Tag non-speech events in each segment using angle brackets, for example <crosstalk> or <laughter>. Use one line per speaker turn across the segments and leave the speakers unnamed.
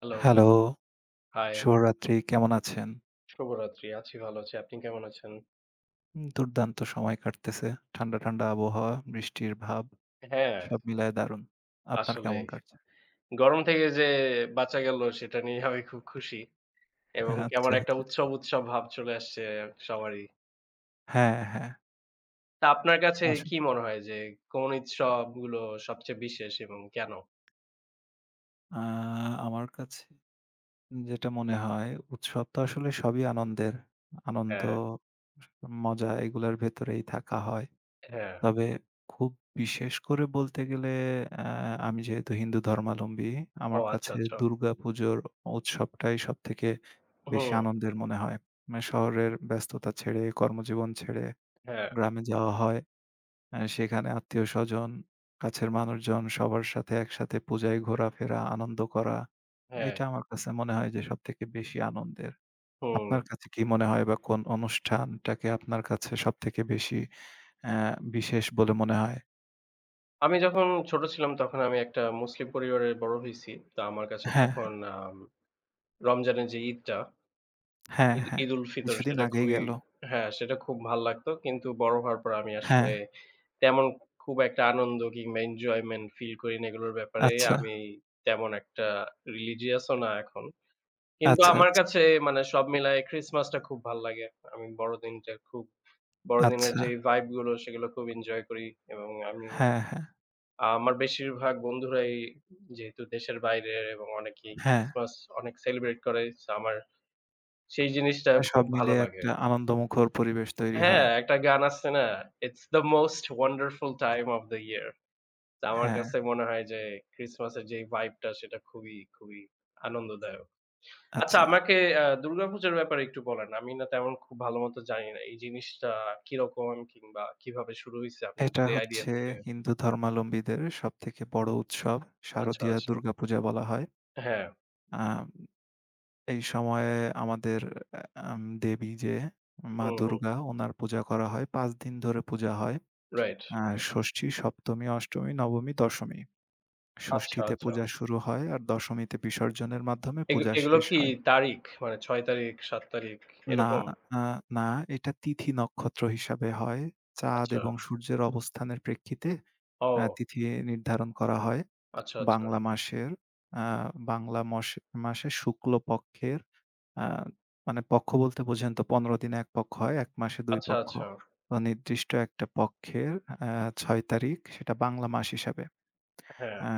Hello,
hello,
high,
শুভরাত্রি। কেমন আছেন?
শুভরাত্রি। ভালো আছি। আপনি কেমন আছেন?
দুর্দান্ত সময় কাটতেছে। ঠান্ডা, ঠান্ডা আবহাওয়া, বৃষ্টির ভাব
হ্যাঁ,
সব মিলায় দারুণ। আপনার কেমন
আসলেই।
কাটছে?
গরম থেকে যে বাঁচা গেল সেটা নিয়ে আমি খুব খুশি, এবং
হ্যাঁ,
কেমন
আচ্ছা,
একটা
আচ্ছা।
উৎসব, উৎসব ভাব চলে আসছে সবারই।
হ্যাঁ, হ্যাঁ।
তা আপনার কাছে কি
আসলে
মনে হয় যে কোন উৎসবগুলো সবচেয়ে বিশেষ এবং কেন?
আ আমার কাছে যেটা মনে হয়, উৎসব তো আসলে সবই আনন্দের। আনন্দ,
হ্যাঁ,
মজা এগুলার ভেতরেই থাকা হয়।
হ্যাঁ।
তবে খুব বিশেষ করে বলতে গেলে আ আমি যেহেতু হিন্দু ধর্মাবলম্বী,
ও
আমার
আচ্ছা,
কাছে
আচ্ছা।
দুর্গাপুজোর উৎসবটাই সবথেকে বেশি
হুম,
আনন্দের মনে হয়। মানে শহরের ব্যস্ততা ছেড়ে, কর্মজীবন ছেড়ে
হ্যাঁ,
গ্রামে যাওয়া হয়। সেখানে আত্মীয়স্বজন, কাছের মানুষজন সবার সাথে একসাথে পূজায় ঘোরাফেরা, আনন্দ করা।
হ্যাঁ,
এটা আমার কাছে মনে হয় যে সবথেকে বেশি আনন্দের।
হুম।
আপনার কাছে কি মনে হয়, বা কোন অনুষ্ঠানটাকে আপনার কাছে সবথেকে বেশি অ্যা বিশেষ বলে মনে হয়?
আমি যখন ছোট ছিলাম তখন আমি একটা মুসলিম পরিবারে বড় হইছি। তো আমার কাছে
হ্যাঁ,
তখন রমজানের যে ঈদটা,
হ্যাঁ, হ্যাঁ।
ঈদুল ফিতর,
কিছুদিন
সেটা
আগেই
খুবই।
গেল।
হ্যাঁ, সেটা খুব ভাল লাগতো। কিন্তু বড় হওয়ার পর আমি
হ্যাঁ,
আসলে তেমন খুব একটা আনন্দ কিংবা enjoyment ফিল করি না এগুলোর ব্যাপারে।
আচ্ছা,
আমি তেমন একটা religious ও না এখন। কিন্তু
আচ্ছা,
আমার
আচ্ছা,
কাছে মানে সব মিলায় ক্রিসমাসটা খুব ভাল লাগে। আমি বড়দিনটা খুব বড়দিনের
আচ্ছা।
যে vibe গুলো সেগুলো খুব এনজয় করি, এবং
হ্যাঁ, হ্যাঁ,
আমার বেশিরভাগ বন্ধুরাই যেহেতু দেশের বাইরের এবং অনেকেই
হ্যাঁ।
ক্রিসমাস অনেক সেলিব্রেট করে। সো আমার সেই জিনিসটা খুব
সব
ভালো
মিলিয়ে
লাগে।
একটা আনন্দমুখর পরিবেশ তৈরি
হ্যাঁ,
হয়।
একটা গান আছে না? "It's the most wonderful time of the year." তো আমার
হ্যাঁ,
কাছে মনে হয় যে ক্রিসমাসের যে vibe টা সেটা খুবই, খুবই আনন্দদায়ক। আচ্ছা,
আচ্ছা,
আমাকে দুর্গাপূজার ব্যাপারে একটু বলেন। আমি না তেমন খুব ভালো মতো জানি না। এই জিনিসটা কিরকম কিংবা কিভাবে শুরু হইছে, আপনার
এটা
যদি আইডিয়া
হচ্ছে
থাকে?
হিন্দু ধর্মাবলম্বীদের সবথেকে বড় উৎসব।
আচ্ছা,
শারদীয়া
আচ্ছা।
দুর্গাপূজা বলা হয়।
হ্যাঁ,
আম এই সময়ে আমাদের আ আম দেবী, যে মা
হুম, হুম।
দুর্গা, উনার পূজা করা হয়। ৫ দিন ধরে পূজা হয়।
রাইট।
আ ষষ্ঠী, সপ্তমী, অষ্টমী, নবমী, দশমী।
আচ্ছা,
ষষ্ঠীতে
আচ্ছা।
পূজা শুরু হয় আর দশমীতে বিসর্জনের মাধ্যমে পূজা
এগুলো
শেষ
কি
হয়।
তারিখ? মানে ৬ তারিখ, ৭ তারিখ
না,
এরকম?
আ না এটা তিথি নক্ষত্র হিসাবে হয়। চাঁদ
আচ্ছা।
এবং সূর্যের অবস্থানের প্রেক্ষিতে
ও
তিথি নির্ধারণ করা হয়।
আচ্ছা, আচ্ছা।
বাংলা মাসের আ বাংলা মসে মাসের শুক্ল পক্ষের, আ মানে পক্ষ বলতে বোঝেন তো ১৫ দিনে ১ পক্ষ হয়, ১ মাসে ২
আচ্ছা,
পক্ষ।
আচ্ছা।
তো নির্দিষ্ট একটা পক্ষের আ ৬ তারিখ, সেটা বাংলা মাস হিসাবে।
হ্যাঁ,
আ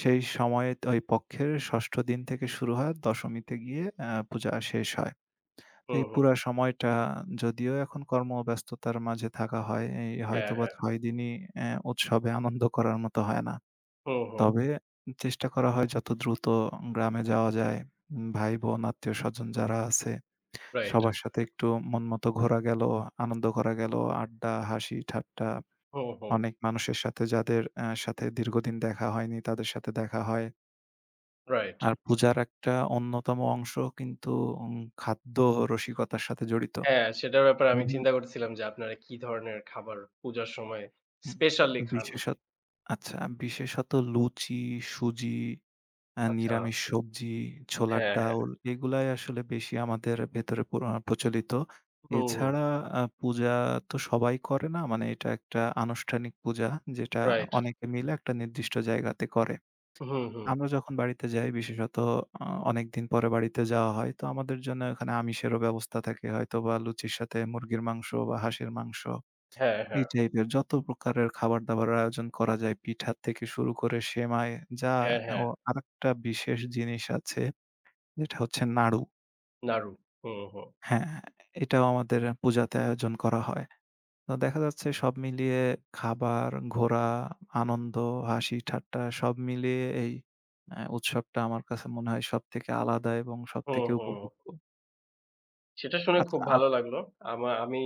সেই সময়ে ওই পক্ষের ৬ষ্ঠ দিন থেকে শুরু হয়, দশমীতে গিয়ে পূজা শেষ হয়। তো এই
হুম।
পুরা সময়টা, যদিও এখন কর্মব্যস্ততার মাঝে থাকা হয়, এই
হ্যাঁ,
হয়তোবা
হ্যাঁ।
৬ দিনই উৎসবে আনন্দ করার মতো হয় না।
হু, হু।
তবে চেষ্টা করা হয় যত দ্রুত গ্রামে যাওয়া যায়, ভাই-বোন, আত্মীয়স্বজন যারা আছে,
রাইট।
সবার সাথে একটু মনমতো ঘোরা গেল, আনন্দ করা গেল, আড্ডা, হাসি, ঠাট্টা,
হু, হু।
অনেক মানুষের সাথে যাদের সাথে দীর্ঘদিন দেখা হয়নি, তাদের সাথে দেখা হয়।
রাইট।
আর পূজার একটা অন্যতম অংশ কিন্তু উম খাদ্য রসিকতার সাথে জড়িত।
হ্যাঁ, সেটার ব্যাপারে আমি
বিভিন
চিন্তা করতেছিলাম যে আপনারা কি ধরনের খাবার পূজার সময়
হুম,
স্পেশালি খান।
বিশেষত, আচ্ছা, লুচি, সুজি,
আচ্ছা।
নিরামিষ সবজি, ছোলার
হ্যাঁ, হ্যাঁ।
ডাউল এগুলাই আসলে বেশি আমাদের ভেতরে প্রচলিত।
হু, হু।
এছাড়া পূজা তো সবাই করে না। মানে এটা একটা আনুষ্ঠানিক পূজা, যেটা
রাইট।
অনেকে মিলে একটা নির্দিষ্ট জায়গাতে করে।
হু, হু।
আমরা যখন বাড়িতে যাই, বিশেষত অনেকদিন পরে বাড়িতে যাওয়া হয়। তো আমাদের জন্য এখানে আমিষেরও ব্যবস্থা থাকে, হয়তোবা লুচির সাথে মুরগির মাংস বা হাঁসের মাংস,
হ্যাঁ,
এই
হ্যাঁ।
টাইপের যত প্রকারের খাবার-দাবারের আয়োজন করা যায়, পিঠা থেকে শুরু করে সেমাই, যা
হ্যাঁ, হ্যাঁ।
ও, আরেকটা বিশেষ জিনিস আছে যেটা হচ্ছে নাড়ু।
নাড়ু। হু, হু।
হ্যাঁ, এটাও আমাদের পূজাতে আয়োজন করা হয়। তো দেখা যাচ্ছে সব মিলিয়ে খাবার, ঘোরা, আনন্দ, হাসি-ঠাট্টা সব মিলিয়ে এই উৎসবটা আমার কাছে মনে হয় সবথেকে আলাদা এবং
হু,
সবথেকে
হু।
উপভোগ্য।
সেটা শুনে
আচ্ছা,
খুব ভালো লাগলো। আমি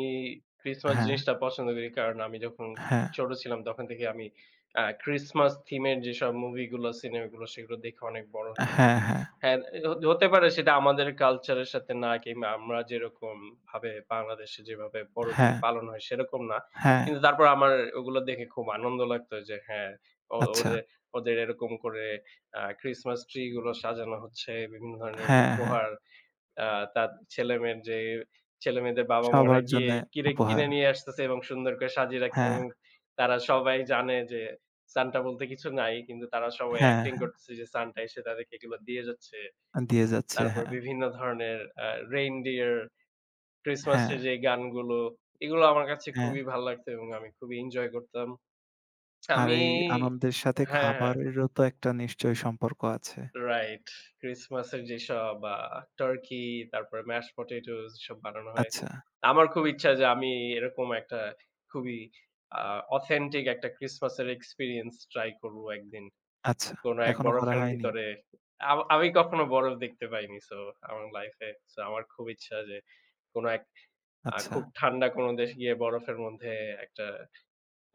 ক্রিসমাস
হ্যাঁ,
জিনিসটা পছন্দ করি। কারণ আমি যখন খুব
হ্যাঁ,
ছোট ছিলাম তখন থেকে আমি ক্রিসমাস থিমের যেসব মুভিগুলো, সিনেমাগুলো সেগুলো দেখে অনেক বড় হয়েছি।
হ্যাঁ, হ্যাঁ,
হ্যাঁ, হতে পারে সেটা আমাদের কালচারের সাথে না, কিংবা আমরা যেরকম ভাবে বাংলাদেশে যেভাবে বড়দিন
হ্যাঁ,
পালন হয় সেরকম না।
হ্যাঁ,
কিন্তু তারপর আমার ওগুলো দেখে খুব আনন্দ লাগতো যে হ্যাঁ, ও
আচ্ছা।
ওদের ওদের এরকম করে ক্রিসমাস ট্রি গুলো সাজানো হচ্ছে, বিভিন্ন ধরনের
হ্যাঁ, হ্যাঁ।
উপহার আ তার ছেলেমেয়ের যে ছেলেমেয়েদের বাবা-মারা
সবার
গিয়ে
জন্যে উপহার।
কিনে নিয়ে আসতেছে এবং সুন্দর করে সাজিয়ে রাখছে,
হ্যাঁ,
এবং তারা সবাই জানে যে সান্টা বলতে কিছু নাই। কিন্তু তারা সবাই
হ্যাঁ,
অ্যাক্টিং
হ্যাঁ,
করতেছে যে সান্টা এসে তাদেরকে এগুলো দিয়ে যাচ্ছে।
দিয়ে যাচ্ছে।
তারপর
হ্যাঁ,
বিভিন্ন ধরনের আ রেইনডিয়ার,
হ্যাঁ,
ক্রিসমাসের যে গানগুলো, এগুলো আমার কাছে
হ্যাঁ।
খুবই ভাল লাগতো এবং আমি খুবই এনজয় করতাম।
আর
আমি।
এই আনন্দের সাথে
হ্যাঁ, হ্যাঁ।
খাবারেরও তো একটা নিশ্চয়ই সম্পর্ক আছে।
রাইট। ক্রিসমাসের যেসব টার্কি, তারপরে ম্যাশ পটেটোস এসব বানানো হয়।
আচ্ছা,
আমার খুব ইচ্ছা যে আমি এরকম একটা খুবই আ অথেন্টিক একটা ক্রিসমাসের এক্সপেরিয়েন্স ট্রাই করবো একদিন।
আচ্ছা।
কোনো এক
এখনো করা
বরফের
হয়নি?
ভিতরে। আমি কখনো বরফ দেখতে পাইনি, সো আমার লাইফ এ। সো আমার খুব ইচ্ছা যে কোনো এক
আচ্ছা।
খুব ঠান্ডা কোনো দেশে গিয়ে বরফের মধ্যে একটা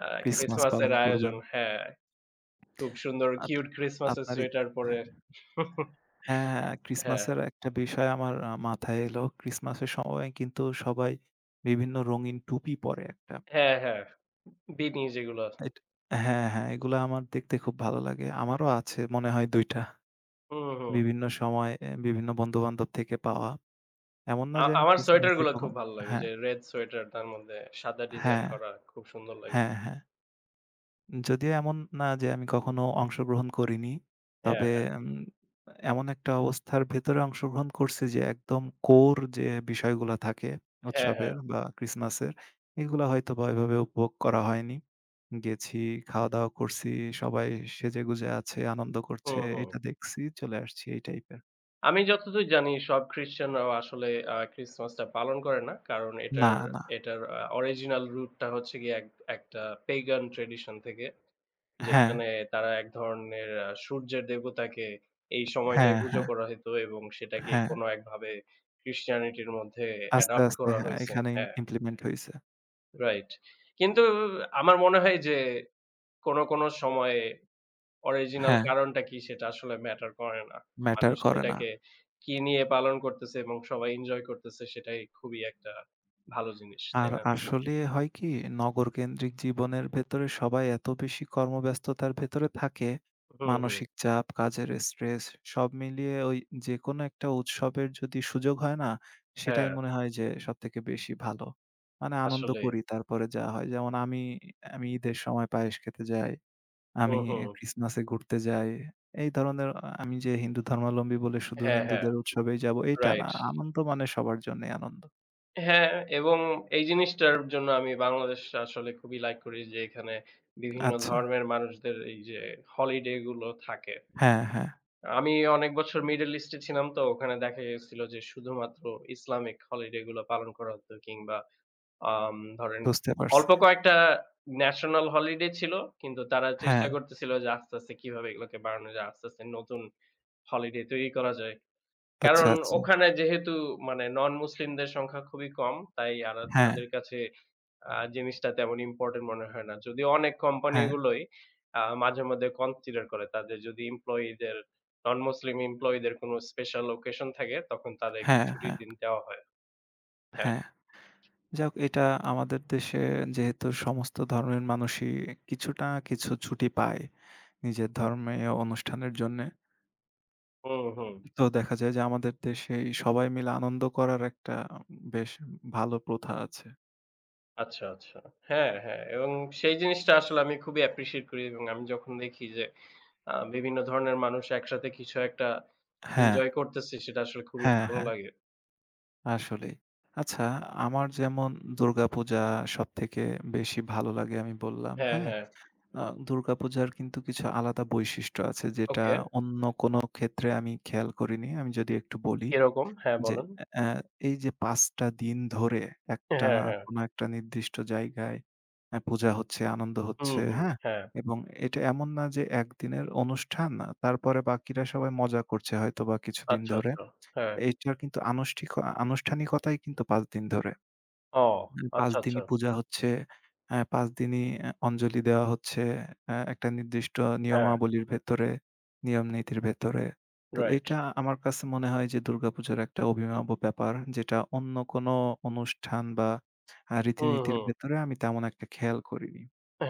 আ
ক্রিসমাস
ক্রিসমাসের
পালন
আয়োজন,
করবেন।
হ্যাঁ, খুব সুন্দর
আচ্ছা,
কিউট ক্রিসমাসের
আপনার ঈদ
সোয়েটার পরে। <laughs>
হ্যাঁ, হ্যাঁ,
হ্যাঁ,
ক্রিসমাসের একটা বিষয় আমার মাথায় এলো। ক্রিসমাসের সময় কিন্তু সবাই বিভিন্ন রঙিন টুপি পরে একটা।
হ্যাঁ, হ্যাঁ। বিনি যেগুলো।
এট হ্যাঁ, হ্যাঁ, এগুলা আমার দেখতে খুব ভালো লাগে। আমারও আছে মনে হয় ২ টা।
হুম, হুম।
বিভিন্ন সময় এ বিভিন্ন বন্ধু-বান্ধব থেকে পাওয়া। এমন না যে আমি
আমার সোয়েটার
ক্রিসমাসে
গুলা খুব ভালো লাগে।
হ্যাঁ,
যে রেড সোয়েটার তার মধ্যে সাদা ডিজাইন
হ্যাঁ,
করা, খুব সুন্দর লাগে
হ্যাঁ,
দেখতে।
হ্যাঁ। যদিও এমন না যে আমি কখনো অংশগ্রহণ করিনি।
হ্যাঁ,
তবে উম এমন একটা অবস্থার ভেতরে অংশগ্রহণ করছি যে একদম কোর যে বিষয়গুলা থাকে
হ্যাঁ, হ্যাঁ।
উৎসবের বা ক্রিসমাসের, এগুলা হয়তোবা এভাবে উপভোগ করা হয়নি। গেছি, খাওয়া-দাওয়া করছি, সবাই সেজেগুজে আছে, আনন্দ করছে।
হুম, হুম।
এটা দেখছি, চলে আসছি এই টাইপের।
আমি যতদূর জানি সব খ্রিস্টানরাও আসলে ক্রিসমাসটা পালন করে না। কারণ
না,
এটার
না।
এটার অরিজিনাল রুট টা হচ্ছে গিয়ে একটা পেগান ট্র্যাডিশন থেকে।
হ্যাঁ,
যেখানে তারা এক ধরনের সূর্যের দেবতাকে এই সময়টায়
হ্যাঁ,
পুজো
হ্যাঁ,
করা হইতো, এবং সেটাকে
হ্যাঁ।
কোন একভাবে ক্রিশ্চিয়ানিটির মধ্যে
আস্তে,
অ্যাডপ্ট
আস্তে,
করা
হ্যাঁ,
হইছে।
এখানে
হ্যাঁ।
ইমপ্লিমেন্ট হইছে।
রাইট। কিন্তু আমার মনে হয় যে কোনো, কোনো সময়ে অরিজিনাল
হ্যাঁ,
কারণটা কি সেটা আসলে ম্যাটার করে না।
ম্যাটার
মানুষ
করে না।
সেটাকে কি নিয়ে পালন করতেছে এবং সবাই এনজয় করতেছে সেটাই খুবই একটা ভালো জিনিস, তাই
আর
না?
আসলে হয় কি, নগরকেন্দ্রিক জীবনের ভেতরে সবাই এত বেশি কর্মব্যস্ততার ভেতরে থাকে,
হুম, হুম।
মানসিক চাপ, কাজের স্ট্রেস সব মিলিয়ে ওই যেকোনো একটা উৎসবের যদি সুযোগ হয়, না,
হ্যাঁ,
সেটাই মনে হয় যে সবথেকে বেশি ভালো। মানে আনন্দ
আসলেই।
করি, তারপরে যা হয়। যেমন আমি আমি ঈদের সময় পায়েস খেতে যাই,
হুম,
আমি
হুম।
ক্রিসমাসে ঘুরতে যাই। এই ধরনের, আমি যে হিন্দু ধর্মাবলম্বী বলে শুধু
হ্যাঁ, হ্যাঁ।
হিন্দুদের উৎসবেই যাবো, এইটা না।
রাইট।
আনন্দ মানে সবার জন্যই আনন্দ।
হ্যাঁ, এবং এই জিনিসটার জন্য আমি বাংলাদেশ আসলে খুবই লাইক করি, যে এখানে বিভিন্ন
আচ্ছা।
ধর্মের মানুষদের এই যে হলিডে গুলো থাকে।
হ্যাঁ, হ্যাঁ।
আমি অনেক বছর মিডল ইস্টে ছিলাম, তো ওখানে দেখা গেছিল যে শুধুমাত্র ইসলামিক হলিডে গুলো পালন করা হতো, কিংবা ধরেন
বুঝতে পারছি।
অল্প কয়েকটা ন্যাশনাল হলিডে ছিল। কিন্তু তারা চেষ্টা
হ্যাঁ,
করতেছিল যে আস্তে, আস্তে কিভাবে এগুলোকে বাড়ানো যায়, আস্তে, আস্তে নতুন হলিডে তৈরি করা যায়।
আচ্ছা,
কারণ
আচ্ছা।
ওখানে যেহেতু মানে নন মুসলিমদের সংখ্যা খুবই কম, তাই আরা
হ্যাঁ,
তাদের কাছে আ জিনিসটা তেমন ইম্পোর্টেন্ট মনে হয় না। যদিও অনেক কোম্পানি
হ্যাঁ,
গুলোই মাঝে মধ্যে কনসিডার করে, তাদের যদি নন মুসলিম এমপ্লয়িদের কোনো স্পেশাল ওকেশন থাকে তখন তাদের
হ্যাঁ,
ছুটির
হ্যাঁ,
দিন দেওয়া হয়। হ্যাঁ।
হ্যাঁ। যাক, এটা আমাদের দেশে যেহেতু সমস্ত ধর্মের মানুষই কিছু না কিছু ছুটি পায় নিজের ধর্মীয় অনুষ্ঠানের জন্যে,
হুম, হুম।
তো দেখা যায় যে আমাদের দেশেই সবাই মিলে আনন্দ করার একটা বেশ ভালো প্রথা আছে।
আচ্ছা, আচ্ছা। হ্যাঁ, হ্যাঁ, এবং সেই জিনিসটা আসলে আমি খুবই অ্যাপ্রিশিয়েট করি, এবং আমি যখন দেখি যে বিভিন্ন ধরনের মানুষ একসাথে কিছু একটা
হ্যাঁ,
এনজয় করতেছে সেটা আসলে খুবই
হ্যাঁ,
ভালো
হ্যাঁ,
লাগে।
আসলেই। আচ্ছা, আমার যেমন দুর্গাপূজা সবথেকে বেশি ভালো লাগে, আমি বললাম,
হ্যাঁ,
হ্যাঁ?
হ্যাঁ।
আ দুর্গাপূজার কিন্তু কিছু আলাদা বৈশিষ্ট্য আছে যেটা
ওকে।
অন্য কোনো ক্ষেত্রে আমি খেয়াল করিনি। আমি যদি একটু বলি
এরকম? হ্যাঁ,
যে,
বলেন।
অ্যা এই যে ৫ টা দিন ধরে
হ্যাঁ,
একটানা
হ্যাঁ।
কোনো একটা নির্দিষ্ট জায়গায় পূজা হচ্ছে, আনন্দ
হুম,
হচ্ছে,
হুম।
হ্যাঁ?
হ্যাঁ।
এবং এটা এমন না যে একদিনের অনুষ্ঠান, না, তারপরে বাকিরা সবাই মজা করছে হয়তোবা কিছুদিন
আচ্ছা,
ধরে।
আচ্ছা। হ্যাঁ।
এটার কিন্তু আনুষ্ঠানিকতাই কিন্তু ৫ দিন ধরে।
ও!
৫
আচ্ছা, আচ্ছা।
দিনই পূজা হচ্ছে। ৫ দিনই অঞ্জলি দেওয়া হচ্ছে। একটা নির্দিষ্ট
হ্যাঁ,
নিয়মাবলীর ভেতরে, নিয়ম-নীতির ভেতরে। তো
রাইট।
এইটা আমার কাছে মনে হয় যে দুর্গাপূজার একটা অভিনব ব্যাপার, যেটা অন্য কোনো অনুষ্ঠান বা
হুম,
রীতিনীতির
হুম।
ভেতরে আমি তেমন একটা খেয়াল করিনি।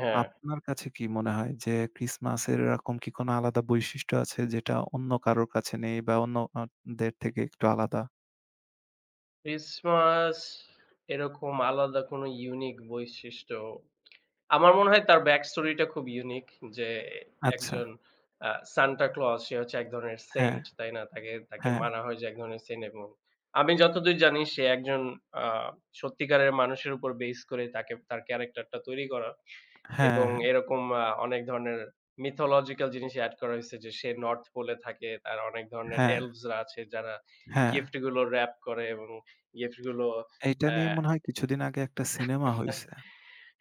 হ্যাঁ,
আপনার কাছে কি মনে হয় যে ক্রিসমাসের এরকম কি কোনো আলাদা বৈশিষ্ট্য আছে যেটা অন্য কারোর কাছে নেই বা অন্য দের থেকে একটু আলাদা?
ক্রিসমাস, এরকম আলাদা কোনো ইউনিক বৈশিষ্ট্য, আমার মনে হয় তার ব্যাক স্টোরি টা খুব ইউনিক। যে
আচ্ছা।
একজন আ সান্টা ক্লজ, সে হচ্ছে এক ধরনের
হ্যাঁ,
সেইন্ট, তাই না? তাকে তাকে
হ্যাঁ,
মানা হয় যে এক ধরনের সেইন্ট, এবং আমি যতদূর জানি সে একজন আ সত্যিকারের মানুষের উপর বেস করে তার ক্যারাক্টার টা তৈরি করা।
হ্যাঁ,
এবং
হ্যাঁ,
এরকম অনেক ধরনের mythological জিনিস এড করা হইছে, যে সে নর্থ পোলে থাকে। তার অনেক ধরনের
হ্যাঁ,
elves রা আছে যারা
হ্যাঁ।
গিফট গুলো র‍্যাপ করে, এবং গিফট গুলো,
এইটা
অ্যা
নিয়ে মনে হয় কিছুদিন আগে একটা সিনেমা
<laughs>
হইছে।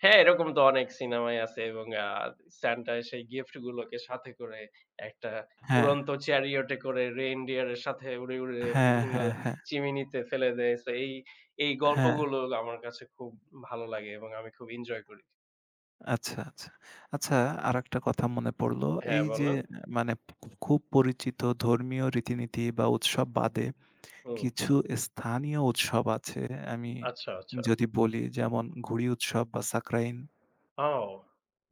হ্যাঁ, এরকম তো অনেক সিনেমায় আছে, এবং সান্টা সেই গিফট গুলোকে সাথে করে একটা
হ্যাঁ,
উড়ন্ত চ্যারিয়টে করে রেইনডিয়ার এর সাথে উড়ে, উড়ে
হ্যাঁ,
বিভিন্ন
হ্যাঁ, হ্যাঁ,
চিমিনিতে ফেলে দেয়। সো এই
হ্যাঁ।
গল্পগুলো আমার কাছে খুব ভালো লাগে এবং আমি খুব এনজয় করি।
আচ্ছা, আচ্ছা। আচ্ছা, আরেকটা কথা মনে পড়লো।
হ্যাঁ,
এই যে,
বলেন।
মানে খুব পরিচিত ধর্মীয় রীতিনীতি বা উৎসব বাদে
হুম,
কিছু স্থানীয় উৎসব আছে। আমি
আচ্ছা, আচ্ছা।
যদি বলি, যেমন ঘুড়ি উৎসব বা সাকরাইন
ও!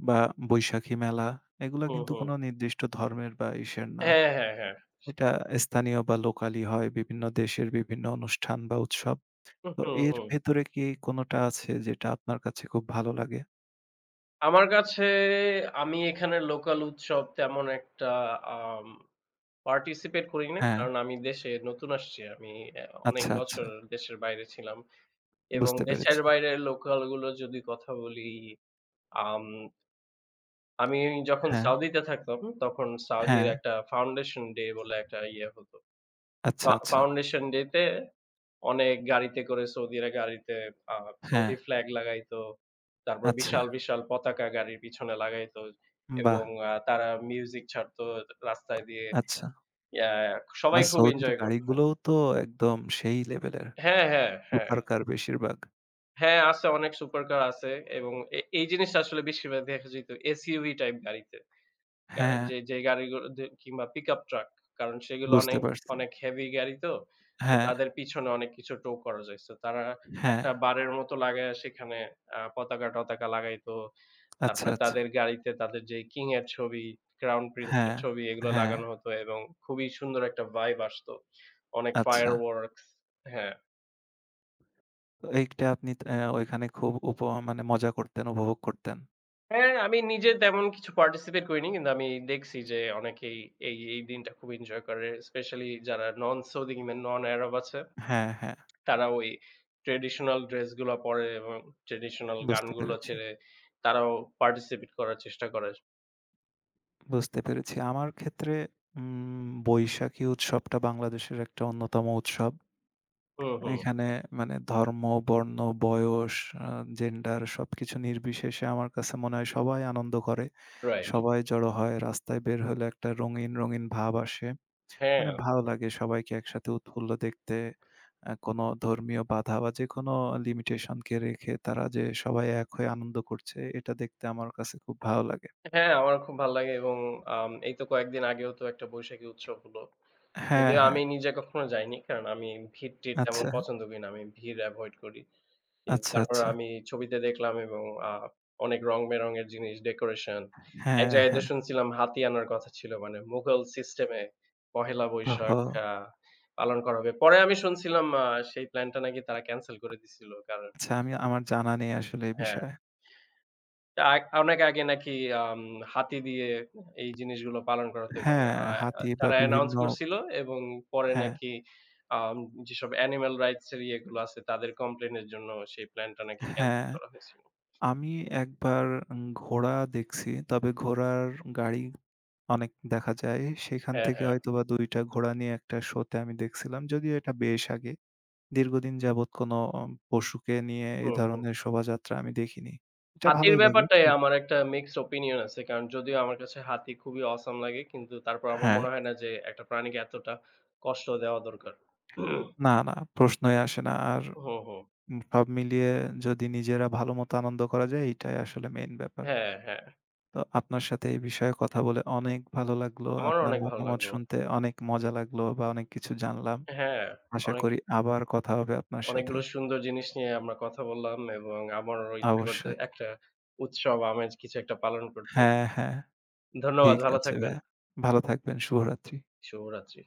বা বৈশাখী মেলা, এগুলা
হুম,
কিন্তু
হুম।
কোনো নির্দিষ্ট ধর্মের বা ইসের না।
হ্যাঁ, হ্যাঁ, হ্যাঁ।
এটা স্থানীয় বা লোকালি হয়, বিভিন্ন দেশের বিভিন্ন অনুষ্ঠান বা উৎসব।
হুম,
তো
হুম,
এর
হুম।
ভেতরে কি কোনটা আছে যেটা আপনার কাছে খুব ভালো লাগে?
আমার কাছে, আমি এখানের লোকাল উৎসব তেমন একটা আম পার্টিসিপেট করি নাই।
হ্যাঁ,
কারণ আমি দেশে নতুন আসছি। আমি অনেক
আচ্ছা, আচ্ছা।
বছর দেশের বাইরে ছিলাম। এবং
বুঝতে
দেশের
পেরেছি।
বাইরের লোকাল গুলো যদি কথা বলি, আম আমি যখন
হ্যাঁ,
সাউদিতে থাকতাম, তখন সাউদির
হ্যাঁ,
একটা ফাউন্ডেশন ডে বলে একটা ইয়ে হতো।
আচ্ছা, আচ্ছা।
ফাউন্ডেশন ডে তে অনেক গাড়িতে করে সৌদিরা গাড়িতে আ
হ্যাঁ,
সৌদি ফ্ল্যাগ লাগাইতো। তারপর
আচ্ছা।
বিশাল, বিশাল পতাকা গাড়ির পিছনে লাগাইতো,
বাহ!
এবং তারা মিউজিক ছাড়তো রাস্তায় দিয়ে।
আচ্ছা।
ইয়া সবাই
আর
খুব
সৌদির
এনজয় করতো।
গাড়িগুলোও তো একদম সেই লেভেলের।
হ্যাঁ, হ্যাঁ, হ্যাঁ।
সুপার কার বেশিরভাগ।
হ্যাঁ, আছে, অনেক সুপার কার আছে, এবং এই জিনিসটা আসলে বেশিরভাগ দেখা যেত SUV টাইপ গাড়িতে।
হ্যাঁ,
যে গাড়িগুলো, যে কিংবা পিকআপ ট্রাক। কারণ সেগুলো
বুঝতে
অনেক,
পারছি।
অনেক হেভি গাড়ি তো। তো
হ্যাঁ,
তাদের পিছনে অনেক কিছু টো করা যায়। সো তারা
হ্যাঁ।
একটা বারের মতো লাগায়া সেখানে পতাকা-টতাকা লাগাইতো।
আচ্ছা,
তারপরে
আচ্ছা।
তাদের গাড়িতে তাদের যে কিং এর ছবি, ক্রাউন প্রিন্স এর
হ্যাঁ,
ছবি, এগুলো
হ্যাঁ।
লাগানো হতো এবং খুবই সুন্দর একটা ভাইব আসতো। অনেক ফায়ার
আচ্ছা।
ওয়ার্কস। হ্যাঁ।
তো এইটা আপনি ত ওইখানে খুব মানে মজা করতেন, উপভোগ করতেন।
হ্যাঁ, আমি নিজে তেমন কিছু পার্টিসিপেট করিনি। কিন্তু আমি দেখছি যে অনেকেই এই দিনটা খুব এনজয় করে। স্পেশালি যারা নন সৌদি কিংবা নন আরব আছে।
হ্যাঁ, হ্যাঁ।
তারা ওই ট্র্যাডিশনাল ড্রেসগুলা পরে এবং ট্র্যাডিশনাল
বুঝতে
গানগুলো
পেরেছি।
ছেড়ে তারাও পার্টিসিপেট করার চেষ্টা করে।
বুঝতে পেরেছি। আমার ক্ষেত্রে বৈশাখী উৎসবটা বাংলাদেশের একটা অন্যতম উৎসব।
হুম, হুম।
এখানে মানে ধর্ম, বর্ণ, বয়স, আ জেন্ডার সবকিছু নির্বিশেষে আমার কাছে মনে হয় সবাই আনন্দ করে।
রাইট।
সবাই জড়ো হয়। রাস্তায় বের হলে একটা রঙিন, রঙিন ভাব আসে।
হ্যাঁ,
মানে ভালো লাগে সবাইকে একসাথে উৎফুল্ল দেখতে। কোনো ধর্মীয় বাধা বা যেকোনো লিমিটেশনকে রেখে তারা যে সবাই এক হয়ে আনন্দ করছে, এটা দেখতে আমার কাছে খুব ভালো লাগে।
হ্যাঁ, আমার খুব ভাল লাগে, এবং এই তো কয়েকদিন আগেও তো একটা বৈশাখী উৎসব হলো।
হ্যাঁ,
যদিও
হ্যাঁ।
আমি নিজে কখনো যাইনি। কারণ আমি ভিড়-টির তেমন
আচ্ছা,
পছন্দ করি না। আমি ভিড় এভয়েড করি।
আচ্ছা,
তারপর
আচ্ছা।
আমি ছবিতে দেখলাম, এবং আ অনেক রং-বেরঙের জিনিস, ডেকোরেশন। এক
হ্যাঁ,
জায়গায়
হ্যাঁ।
দিয়ে শুনছিলাম হাতি আনার কথা ছিল। মানে মুঘল সিস্টেমে ১লা বৈশাখ
ওহো!
আ পালন করা হবে। পরে আমি শুনছিলাম সেই প্ল্যানটা নাকি তারা ক্যানসেল করে দিছিল। কারণ
আচ্ছা, আমার জানা নেই আসলে এই
হ্যাঁ,
বিষয়ে।
অনেক আগে নাকি আম হাতি দিয়ে এই জিনিসগুলো পালন করা হতো এবং
হ্যাঁ,
আ
হাতি বা
তারা অ্যানাউন্স
বিভিন্ন।
করছিল, এবং পরে
হ্যাঁ,
নাকি আম যেসব অ্যানিমাল রাইটস এর ইয়েগুলো আছে তাদের কমপ্লেইন এর জন্য সেই প্ল্যানটা নাকি ক্যানসেল
হ্যাঁ।
করা হয়েছিল।
আমি একবার ঘোড়া দেখছি। তবে ঘোড়ার গাড়ি অনেক দেখা যায়। সেখান
হ্যাঁ,
থেকে
হ্যাঁ।
হয়তোবা ২ টা ঘোড়া নিয়ে একটা শোতে আমি দেখছিলাম। যদিও এটা বেশ আগে। দীর্ঘদিন যাবৎ কোনো পশুকে নিয়ে এই
হুম, হুম।
ধরনের শোভাযাত্রা আমি দেখিনি। এটা
হাতির
ভালোই লাগে।
ব্যাপারটায় আমার একটা মিক্সড ওপিনিয়ন আছে। কারণ যদিও আমার কাছে হাতি খুবই অসাম লাগে। কিন্তু তারপর আমার
হ্যাঁ।
মনে হয় না যে একটা প্রাণীকে এতটা কষ্ট দেওয়া দরকার।
না, না, প্রশ্নই আসে না। আর
হুম, হুম।
সব মিলিয়ে যদি নিজেরা ভালোমতো আনন্দ করা যায়, এইটাই আসলে মেইন ব্যাপার।
হ্যাঁ, হ্যাঁ।
তো আপনার সাথে এই বিষয়ে কথা বলে অনেক ভালো লাগলো।
আমারও
আপনার
অনেক ভালো
মতামত
লাগলো।
শুনতে অনেক মজা লাগলো, বা অনেক কিছু জানলাম।
হ্যাঁ,
আশা
অনেক
করি আবার কথা হবে আপনার সাথে।
অনেকগুলো সুন্দর জিনিস নিয়ে আমরা কথা বললাম, এবং আমারও ইচ্ছা করতে
অবশ্যই।
একটা উৎসব আমেজ কিছু একটা পালন করতে।
হ্যাঁ, হ্যাঁ।
ধন্যবাদ,
ঠিক
ভালো
আছে
থাকবেন।
ভাইয়া। ভালো থাকবেন। শুভরাত্রি।
শুভরাত্রি।